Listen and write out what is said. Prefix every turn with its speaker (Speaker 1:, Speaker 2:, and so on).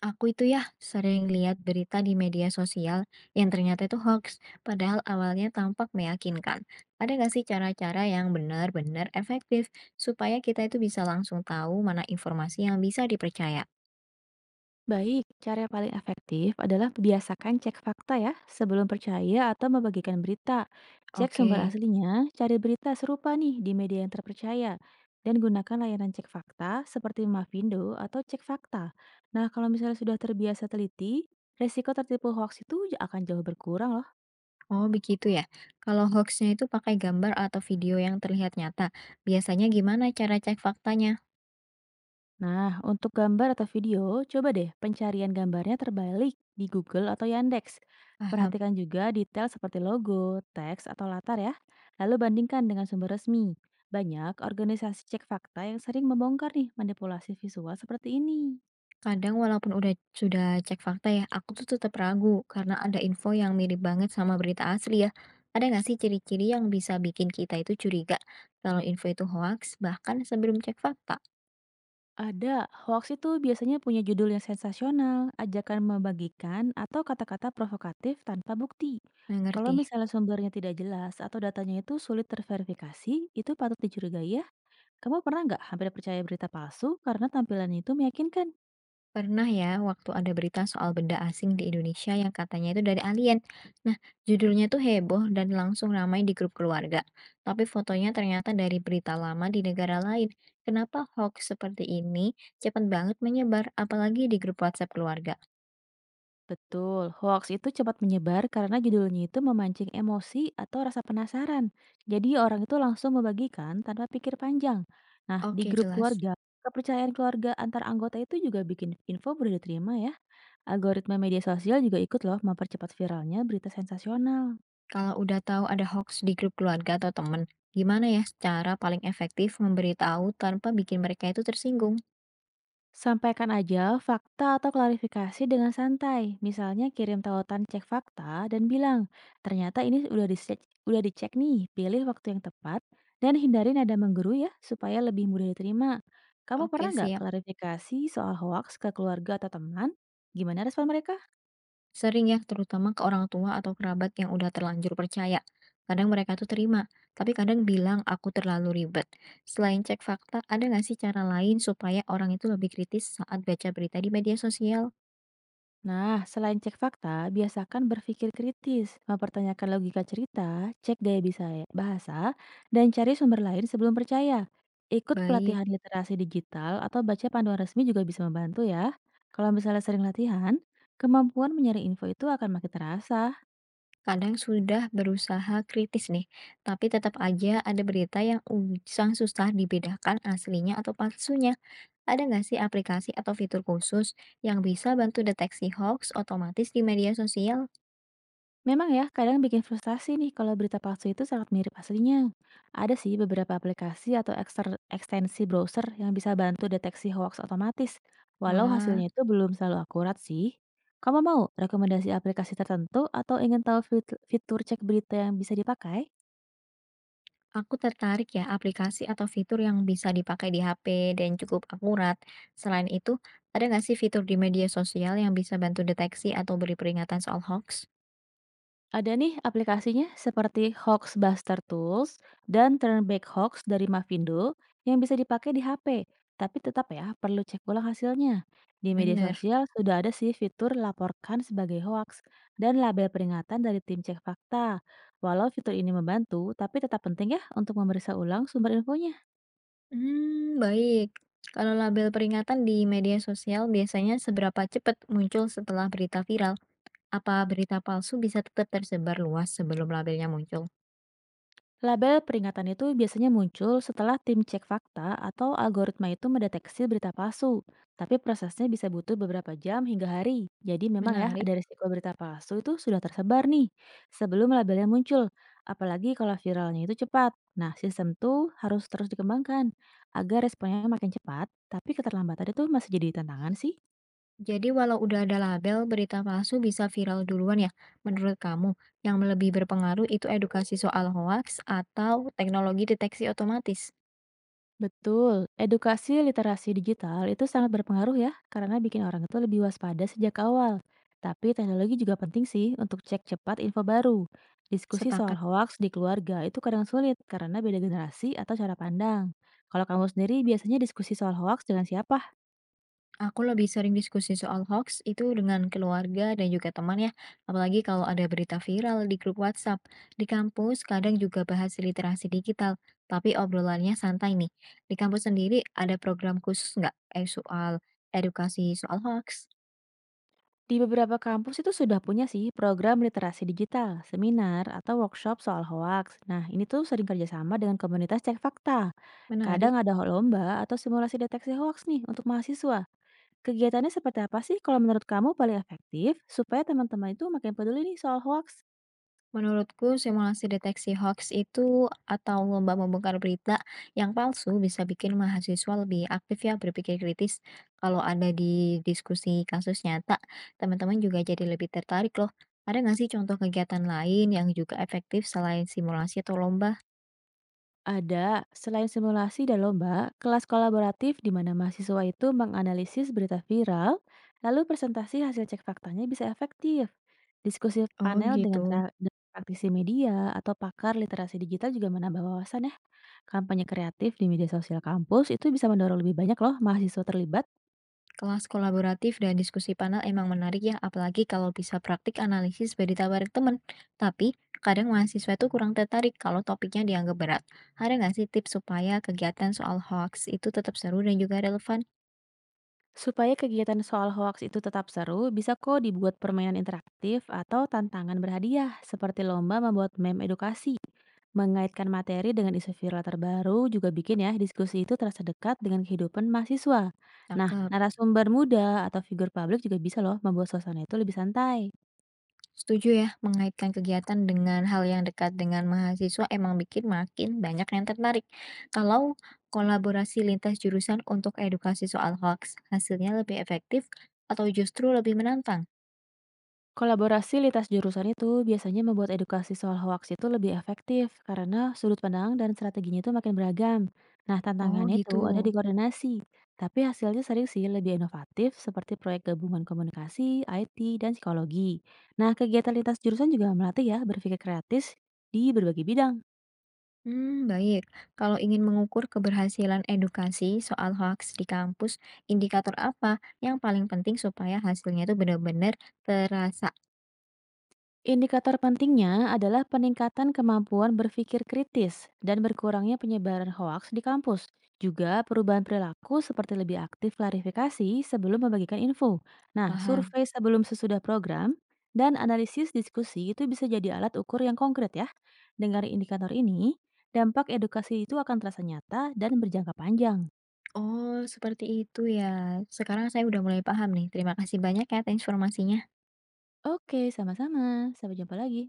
Speaker 1: Aku itu ya sering lihat berita di media sosial yang ternyata itu hoax, padahal awalnya tampak meyakinkan. Ada nggak sih cara-cara yang benar-benar efektif supaya kita itu bisa langsung tahu mana informasi yang bisa dipercaya?
Speaker 2: Baik, cara yang paling efektif adalah biasakan cek fakta ya sebelum percaya atau membagikan berita. Cek sumber
Speaker 1: Oke,
Speaker 2: aslinya, cari berita serupa nih di media yang terpercaya. Dan gunakan layanan cek fakta seperti Mavindo atau cek fakta. Nah, kalau misalnya sudah terbiasa teliti, resiko tertipu hoax itu akan jauh berkurang.
Speaker 1: oh begitu ya. Kalau hoaxnya itu pakai gambar atau video yang terlihat nyata, biasanya gimana cara cek faktanya?
Speaker 2: Nah, untuk gambar atau video, coba deh pencarian gambarnya terbalik di Google atau Yandex.
Speaker 1: Paham.
Speaker 2: Perhatikan juga detail seperti logo, teks, atau latar ya. Lalu bandingkan dengan sumber resmi. Banyak organisasi cek fakta yang sering membongkar nih manipulasi visual seperti ini.
Speaker 1: Kadang walaupun sudah cek fakta ya, aku tuh tetap ragu karena ada info yang mirip banget sama berita asli ya. Ada nggak sih ciri-ciri yang bisa bikin kita itu curiga kalau info itu hoax bahkan sebelum cek fakta?
Speaker 2: Ada, hoax itu biasanya punya judul yang sensasional, ajakan membagikan, atau kata-kata provokatif tanpa bukti.
Speaker 1: Nah, ngerti.
Speaker 2: Kalau misalnya sumbernya tidak jelas atau datanya itu sulit terverifikasi, itu patut dicurigai ya. Kamu pernah nggak hampir percaya berita palsu karena tampilannya itu meyakinkan?
Speaker 1: Pernah ya waktu ada berita soal benda asing di Indonesia yang katanya itu dari alien. Nah, judulnya tuh heboh dan langsung ramai di grup keluarga. Tapi fotonya ternyata dari berita lama di negara lain. Kenapa hoax seperti ini cepat banget menyebar apalagi di grup WhatsApp keluarga?
Speaker 2: Betul, hoax itu cepat menyebar karena judulnya itu memancing emosi atau rasa penasaran. Jadi orang itu langsung membagikan tanpa pikir panjang. Nah, di
Speaker 1: Oke,
Speaker 2: grup
Speaker 1: jelas.
Speaker 2: keluarga, kepercayaan keluarga antar anggota itu juga bikin info mudah diterima ya. Algoritma media sosial juga ikut loh mempercepat viralnya berita sensasional.
Speaker 1: Kalau udah tahu ada hoax di grup keluarga atau temen, gimana ya cara paling efektif memberitahu tanpa bikin mereka itu tersinggung?
Speaker 2: Sampaikan aja fakta atau klarifikasi dengan santai. Misalnya kirim tautan cek fakta dan bilang, ternyata ini udah dicek nih, pilih waktu yang tepat, dan hindari nada menggurui ya, supaya lebih mudah diterima. Kamu pernah
Speaker 1: Oke,
Speaker 2: nggak
Speaker 1: siap.
Speaker 2: klarifikasi soal hoaks ke keluarga atau teman? Gimana respon mereka?
Speaker 1: Sering ya, terutama ke orang tua atau kerabat yang udah terlanjur percaya. Kadang mereka tuh terima, tapi kadang bilang aku terlalu ribet. Selain cek fakta, ada nggak sih cara lain supaya orang itu lebih kritis saat baca berita di media sosial?
Speaker 2: Nah, selain cek fakta, biasakan berpikir kritis, mempertanyakan logika cerita, cek daya bisa bahasa, dan cari sumber lain sebelum percaya. Ikut
Speaker 1: Baik.
Speaker 2: pelatihan literasi digital atau baca panduan resmi juga bisa membantu ya. Kalau misalnya sering latihan, kemampuan mencari info itu akan makin terasa.
Speaker 1: Kadang sudah berusaha kritis nih, tapi tetap aja ada berita yang usang susah dibedakan aslinya atau palsunya. Ada nggak sih aplikasi atau fitur khusus yang bisa bantu deteksi hoax otomatis di media sosial?
Speaker 2: Memang ya, kadang bikin frustasi nih kalau berita palsu itu sangat mirip aslinya. Ada sih beberapa aplikasi atau ekstensi browser yang bisa bantu deteksi hoax otomatis, walau
Speaker 1: Wah,
Speaker 2: hasilnya itu belum selalu akurat sih. Kamu mau rekomendasi aplikasi tertentu atau ingin tahu fitur cek berita yang bisa dipakai?
Speaker 1: aku tertarik ya aplikasi atau fitur yang bisa dipakai di HP dan cukup akurat. Selain itu, ada nggak sih fitur di media sosial yang bisa bantu deteksi atau beri peringatan soal hoax?
Speaker 2: Ada nih aplikasinya seperti Hoaxbuster Tools dan Turnback Hoax dari Mavindo yang bisa dipakai di HP. Tapi tetap ya perlu cek ulang hasilnya. Di media
Speaker 1: Bener.
Speaker 2: sosial sudah ada sih fitur laporkan sebagai hoax dan label peringatan dari tim cek fakta. Walau fitur ini membantu, tapi tetap penting ya untuk memeriksa ulang sumber infonya.
Speaker 1: Hmm, baik. Kalau label peringatan di media sosial biasanya seberapa cepat muncul setelah berita viral? Apa berita palsu bisa tetap tersebar luas sebelum labelnya muncul?
Speaker 2: Label peringatan itu biasanya muncul setelah tim cek fakta atau algoritma itu mendeteksi berita palsu. Tapi prosesnya bisa butuh beberapa jam hingga hari. Jadi memang ya
Speaker 1: Menarik.
Speaker 2: ada risiko berita palsu itu sudah tersebar nih sebelum labelnya muncul. Apalagi kalau viralnya itu cepat. Nah, sistem tuh harus terus dikembangkan agar responnya makin cepat, tapi keterlambatan itu masih jadi tantangan sih.
Speaker 1: Jadi walau udah ada label, berita palsu bisa viral duluan ya? Menurut kamu, yang lebih berpengaruh itu edukasi soal hoaks atau teknologi deteksi otomatis?
Speaker 2: Betul, edukasi literasi digital itu sangat berpengaruh ya, karena bikin orang itu lebih waspada sejak awal. Tapi teknologi juga penting sih untuk cek cepat info baru. Diskusi soal
Speaker 1: Sepakat.
Speaker 2: hoaks di keluarga itu kadang sulit karena beda generasi atau cara pandang. Kalau kamu sendiri biasanya diskusi soal hoaks dengan siapa?
Speaker 1: Aku lebih sering diskusi soal hoax itu dengan keluarga dan juga teman ya, apalagi kalau ada berita viral di grup WhatsApp. Di kampus kadang juga bahas literasi digital, tapi obrolannya santai nih. Di kampus sendiri ada program khusus nggak soal edukasi soal hoax?
Speaker 2: Di beberapa kampus itu sudah punya sih program literasi digital, seminar, atau workshop soal hoaks. Nah, ini tuh sering kerjasama dengan komunitas cek fakta.
Speaker 1: Menarik.
Speaker 2: Kadang ada lomba atau simulasi deteksi hoaks nih untuk mahasiswa. Kegiatannya seperti apa sih kalau menurut kamu paling efektif supaya teman-teman itu makin peduli nih soal hoax?
Speaker 1: Menurutku, simulasi deteksi hoax itu atau lomba membongkar berita yang palsu bisa bikin mahasiswa lebih aktif ya berpikir kritis. Kalau ada di diskusi kasus nyata, teman-teman juga jadi lebih tertarik loh. Ada nggak sih contoh kegiatan lain yang juga efektif selain simulasi atau lomba?
Speaker 2: Ada, selain simulasi dan lomba, kelas kolaboratif di mana mahasiswa itu menganalisis berita viral, lalu presentasi hasil cek faktanya bisa efektif. Diskusi
Speaker 1: Oh
Speaker 2: panel
Speaker 1: gitu.
Speaker 2: dengan dengan praktisi media atau pakar literasi digital juga menambah wawasan ya. Kampanye kreatif di media sosial kampus itu bisa mendorong lebih banyak loh mahasiswa terlibat.
Speaker 1: Kelas kolaboratif dan diskusi panel emang menarik ya, apalagi kalau bisa praktik analisis dari tawaran teman. Tapi, kadang mahasiswa itu kurang tertarik kalau topiknya dianggap berat. Ada nggak sih tips supaya kegiatan soal hoax itu tetap seru dan juga relevan?
Speaker 2: Supaya kegiatan soal hoaks itu tetap seru, bisa kok dibuat permainan interaktif atau tantangan berhadiah, seperti lomba membuat meme edukasi. Mengaitkan materi dengan isu viral terbaru juga bikin ya diskusi itu terasa dekat dengan kehidupan mahasiswa. Nah,
Speaker 1: Cakep.
Speaker 2: narasumber muda atau figur publik juga bisa loh membuat suasana itu lebih santai.
Speaker 1: Setuju ya, mengaitkan kegiatan dengan hal yang dekat dengan mahasiswa emang bikin makin banyak yang tertarik. Kalau kolaborasi lintas jurusan untuk edukasi soal hoax, hasilnya lebih efektif atau justru lebih menantang?
Speaker 2: Kolaborasi lintas jurusan itu biasanya membuat edukasi soal hoaks itu lebih efektif karena sudut pandang dan strateginya itu makin beragam. Nah,
Speaker 1: Oh
Speaker 2: tantangannya
Speaker 1: gitu.
Speaker 2: itu ada di koordinasi, tapi hasilnya sering sih lebih inovatif seperti proyek gabungan komunikasi, IT, dan psikologi. Nah, kegiatan lintas jurusan juga melatih ya berpikir kreatif di berbagai bidang.
Speaker 1: Hmm, baik. Kalau ingin mengukur keberhasilan edukasi soal hoax di kampus, indikator apa yang paling penting supaya hasilnya itu benar-benar terasa?
Speaker 2: Indikator pentingnya adalah peningkatan kemampuan berpikir kritis dan berkurangnya penyebaran hoaks di kampus. Juga perubahan perilaku seperti lebih aktif klarifikasi sebelum membagikan info. Nah,
Speaker 1: Paham.
Speaker 2: survei sebelum sesudah program dan analisis diskusi itu bisa jadi alat ukur yang konkret ya. Dengan indikator ini, dampak edukasi itu akan terasa nyata dan berjangka panjang.
Speaker 1: Oh, seperti itu ya. Sekarang saya udah mulai paham nih. Terima kasih banyak ya atas informasinya.
Speaker 2: Oke, sama-sama. Sampai jumpa lagi.